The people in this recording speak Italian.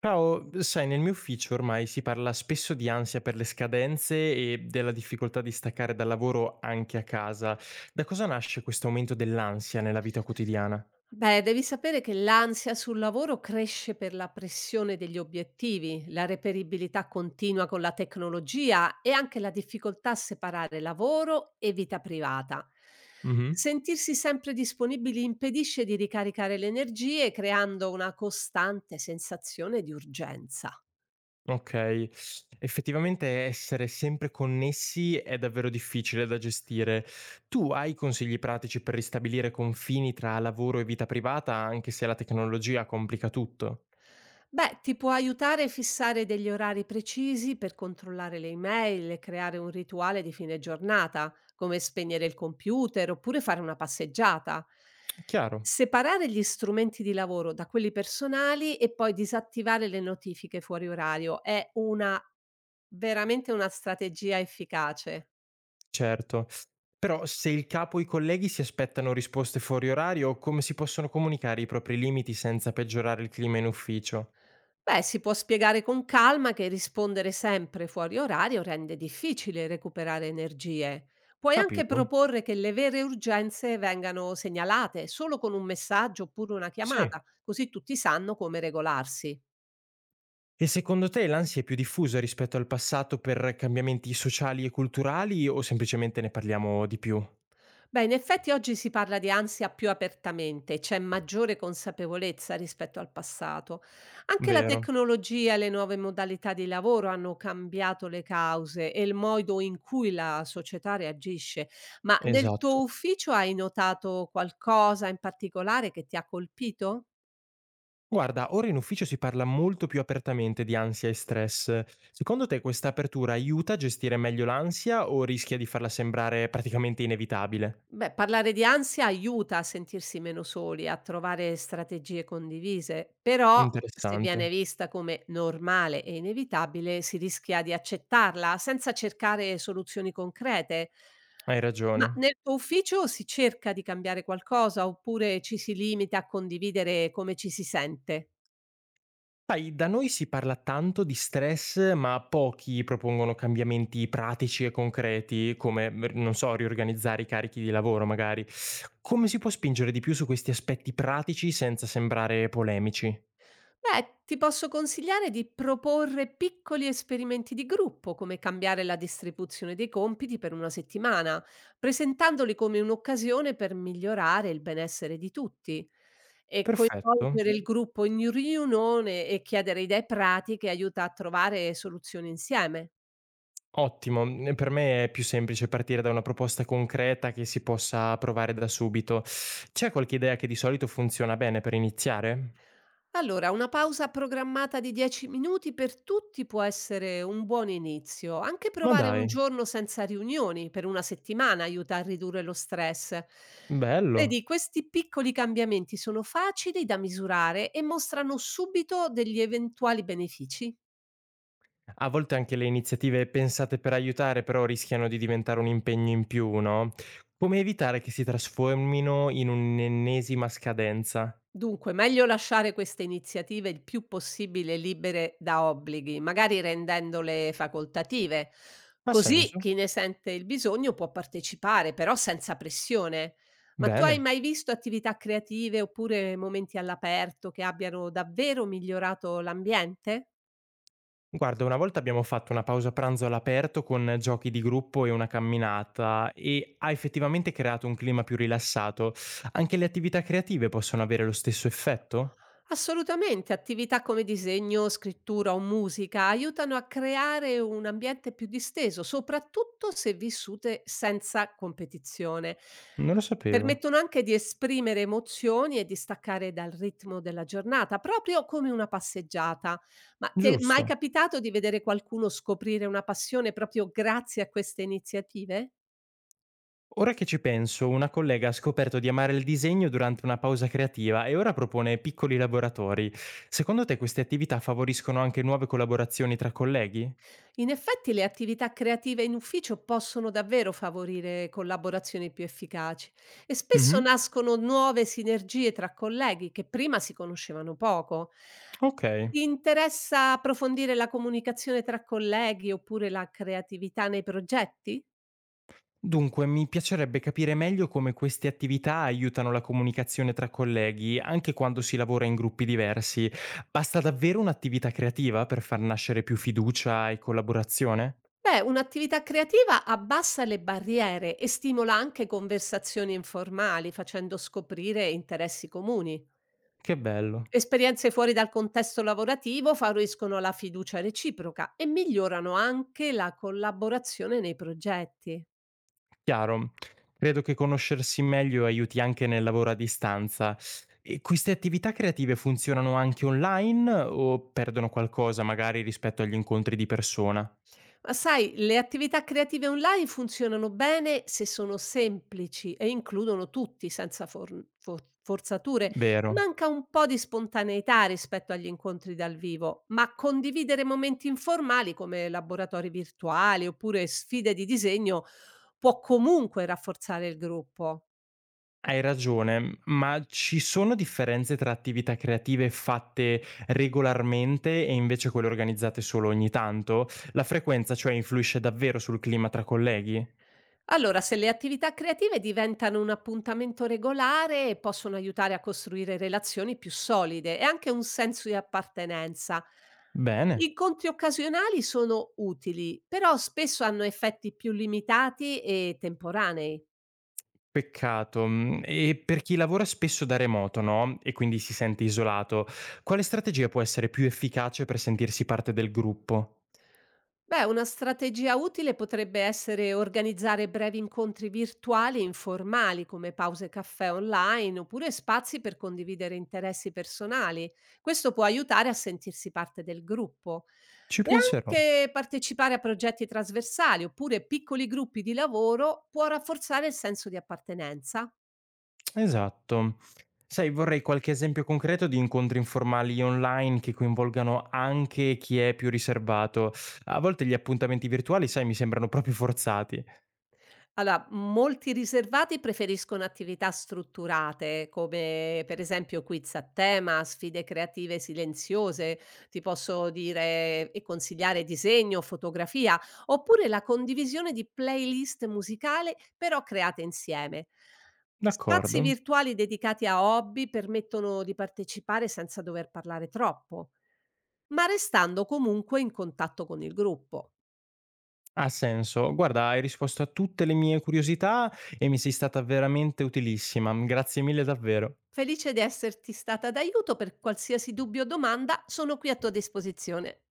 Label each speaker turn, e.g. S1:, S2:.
S1: Ciao, sai, nel mio ufficio ormai si parla spesso di ansia per le scadenze e della difficoltà di staccare dal lavoro anche a casa. Da cosa nasce questo aumento dell'ansia nella vita quotidiana?
S2: Beh, devi sapere che l'ansia sul lavoro cresce per la pressione degli obiettivi, la reperibilità continua con la tecnologia e anche la difficoltà a separare lavoro e vita privata.
S1: Mhm.
S2: Sentirsi sempre disponibili impedisce di ricaricare le energie, creando una costante sensazione di urgenza.
S1: Ok, effettivamente essere sempre connessi è davvero difficile da gestire. Tu hai consigli pratici per ristabilire confini tra lavoro e vita privata, anche se la tecnologia complica tutto?
S2: Beh, ti può aiutare a fissare degli orari precisi per controllare le email e creare un rituale di fine giornata, come spegnere il computer oppure fare una passeggiata.
S1: Chiaro.
S2: Separare gli strumenti di lavoro da quelli personali e poi disattivare le notifiche fuori orario è una veramente una strategia efficace.
S1: Certo. Però se il capo o i colleghi si aspettano risposte fuori orario, come si possono comunicare i propri limiti senza peggiorare il clima in ufficio?
S2: Beh, si può spiegare con calma che rispondere sempre fuori orario rende difficile recuperare energie. Puoi anche
S1: Capito?
S2: proporre che le vere urgenze vengano segnalate solo con un messaggio oppure una
S1: Sì.
S2: chiamata, così tutti sanno come regolarsi.
S1: E secondo te l'ansia è più diffusa rispetto al passato per cambiamenti sociali e culturali o semplicemente ne parliamo di più?
S2: Beh, in effetti oggi si parla di ansia più apertamente, c'è maggiore consapevolezza rispetto al passato. Anche la
S1: Vero,
S2: tecnologia e le nuove modalità di lavoro hanno cambiato le cause e il modo in cui la società reagisce. Ma nel tuo
S1: esatto.
S2: ufficio hai notato qualcosa in particolare che ti ha colpito?
S1: Guarda, ora in ufficio si parla molto più apertamente di ansia e stress. Secondo te questa apertura aiuta a gestire meglio l'ansia o rischia di farla sembrare praticamente inevitabile?
S2: Beh, parlare di ansia aiuta a sentirsi meno soli, a trovare strategie condivise, però se viene
S1: Interessante.
S2: vista come normale e inevitabile, si rischia di accettarla senza cercare soluzioni concrete.
S1: Hai
S2: Ma
S1: ragione.
S2: nel tuo ufficio si cerca di cambiare qualcosa oppure ci si limita a condividere come ci si sente?
S1: Sai, da noi si parla tanto di stress, ma pochi propongono cambiamenti pratici e concreti, come, non so, riorganizzare i carichi di lavoro magari. Come si può spingere di più su questi aspetti pratici senza sembrare polemici?
S2: Beh, ti posso consigliare di proporre piccoli esperimenti di gruppo, come cambiare la distribuzione dei compiti per una settimana, presentandoli come un'occasione per migliorare il benessere di tutti. E
S1: Perfetto.
S2: coinvolgere il gruppo in riunione e chiedere idee pratiche aiuta a trovare soluzioni insieme.
S1: Ottimo. Per me è più semplice partire da una proposta concreta che si possa provare da subito. C'è qualche idea che di solito funziona bene per iniziare?
S2: Allora, una pausa programmata di 10 minuti per tutti può essere un buon inizio. Anche
S1: Ma
S2: provare un
S1: dai,
S2: giorno senza riunioni per una settimana aiuta a ridurre lo stress.
S1: bello.
S2: Vedi, questi piccoli cambiamenti sono facili da misurare e mostrano subito degli eventuali benefici.
S1: A volte anche le iniziative pensate per aiutare però rischiano di diventare un impegno in più, no? Come evitare che si trasformino in un'ennesima scadenza?
S2: Dunque, meglio lasciare queste iniziative il più possibile libere da obblighi, magari rendendole facoltative.
S1: Ha
S2: Così
S1: senso?
S2: chi ne sente il bisogno può partecipare, però senza pressione. Ma tu hai
S1: Bene.
S2: mai visto attività creative oppure momenti all'aperto che abbiano davvero migliorato l'ambiente?
S1: Guarda, una volta abbiamo fatto una pausa pranzo all'aperto con giochi di gruppo e una camminata e ha effettivamente creato un clima più rilassato. Anche le attività creative possono avere lo stesso effetto?
S2: Assolutamente, attività come disegno, scrittura o musica aiutano a creare un ambiente più disteso, soprattutto se vissute senza competizione.
S1: Non lo sapevo.
S2: Permettono anche di esprimere emozioni e di staccare dal ritmo della giornata, proprio come una passeggiata. Ma ti è mai
S1: Giusto.
S2: capitato di vedere qualcuno scoprire una passione proprio grazie a queste iniziative?
S1: Ora che ci penso, una collega ha scoperto di amare il disegno durante una pausa creativa e ora propone piccoli laboratori. Secondo te queste attività favoriscono anche nuove collaborazioni tra colleghi?
S2: In effetti le attività creative in ufficio possono davvero favorire collaborazioni più efficaci e spesso
S1: Mhm.
S2: nascono nuove sinergie tra colleghi che prima si conoscevano poco.
S1: Ok.
S2: Ti interessa approfondire la comunicazione tra colleghi oppure la creatività nei progetti?
S1: Dunque, mi piacerebbe capire meglio come queste attività aiutano la comunicazione tra colleghi, anche quando si lavora in gruppi diversi. Basta davvero un'attività creativa per far nascere più fiducia e collaborazione?
S2: Beh, un'attività creativa abbassa le barriere e stimola anche conversazioni informali, facendo scoprire interessi comuni.
S1: Che bello.
S2: Esperienze fuori dal contesto lavorativo favoriscono la fiducia reciproca e migliorano anche la collaborazione nei progetti.
S1: Chiaro. Credo che conoscersi meglio aiuti anche nel lavoro a distanza. E queste attività creative funzionano anche online o perdono qualcosa magari rispetto agli incontri di persona?
S2: Ma sai, le attività creative online funzionano bene se sono semplici e includono tutti senza forzature.
S1: Vero.
S2: Manca un po' di spontaneità rispetto agli incontri dal vivo, ma condividere momenti informali come laboratori virtuali oppure sfide di disegno può comunque rafforzare il gruppo.
S1: Hai ragione, ma ci sono differenze tra attività creative fatte regolarmente e invece quelle organizzate solo ogni tanto? La frequenza, cioè, influisce davvero sul clima tra colleghi?
S2: Allora, se le attività creative diventano un appuntamento regolare, possono aiutare a costruire relazioni più solide e anche un senso di appartenenza.
S1: Bene.
S2: Incontri occasionali sono utili, però spesso hanno effetti più limitati e temporanei.
S1: Peccato. Mhmm, e per chi lavora spesso da remoto, no, e quindi si sente isolato, quale strategia può essere più efficace per sentirsi parte del gruppo?
S2: Beh, una strategia utile potrebbe essere organizzare brevi incontri virtuali e informali come pause caffè online oppure spazi per condividere interessi personali. Questo può aiutare a sentirsi parte del gruppo.
S1: Ci
S2: E
S1: penserò.
S2: anche partecipare a progetti trasversali oppure piccoli gruppi di lavoro può rafforzare il senso di appartenenza.
S1: Esatto. Sai, vorrei qualche esempio concreto di incontri informali online che coinvolgano anche chi è più riservato. A volte gli appuntamenti virtuali, sai, mi sembrano proprio forzati.
S2: Allora, molti riservati preferiscono attività strutturate, come per esempio quiz a tema, sfide creative silenziose, ti posso dire e consigliare disegno, fotografia, oppure la condivisione di playlist musicali però create insieme. Spazi
S1: D'accordo.
S2: virtuali dedicati a hobby permettono di partecipare senza dover parlare troppo, ma restando comunque in contatto con il gruppo.
S1: Ha senso. Guarda, hai risposto a tutte le mie curiosità e mi sei stata veramente utilissima. Grazie mille davvero.
S2: Felice di esserti stata d'aiuto. Per qualsiasi dubbio o domanda sono qui a tua disposizione.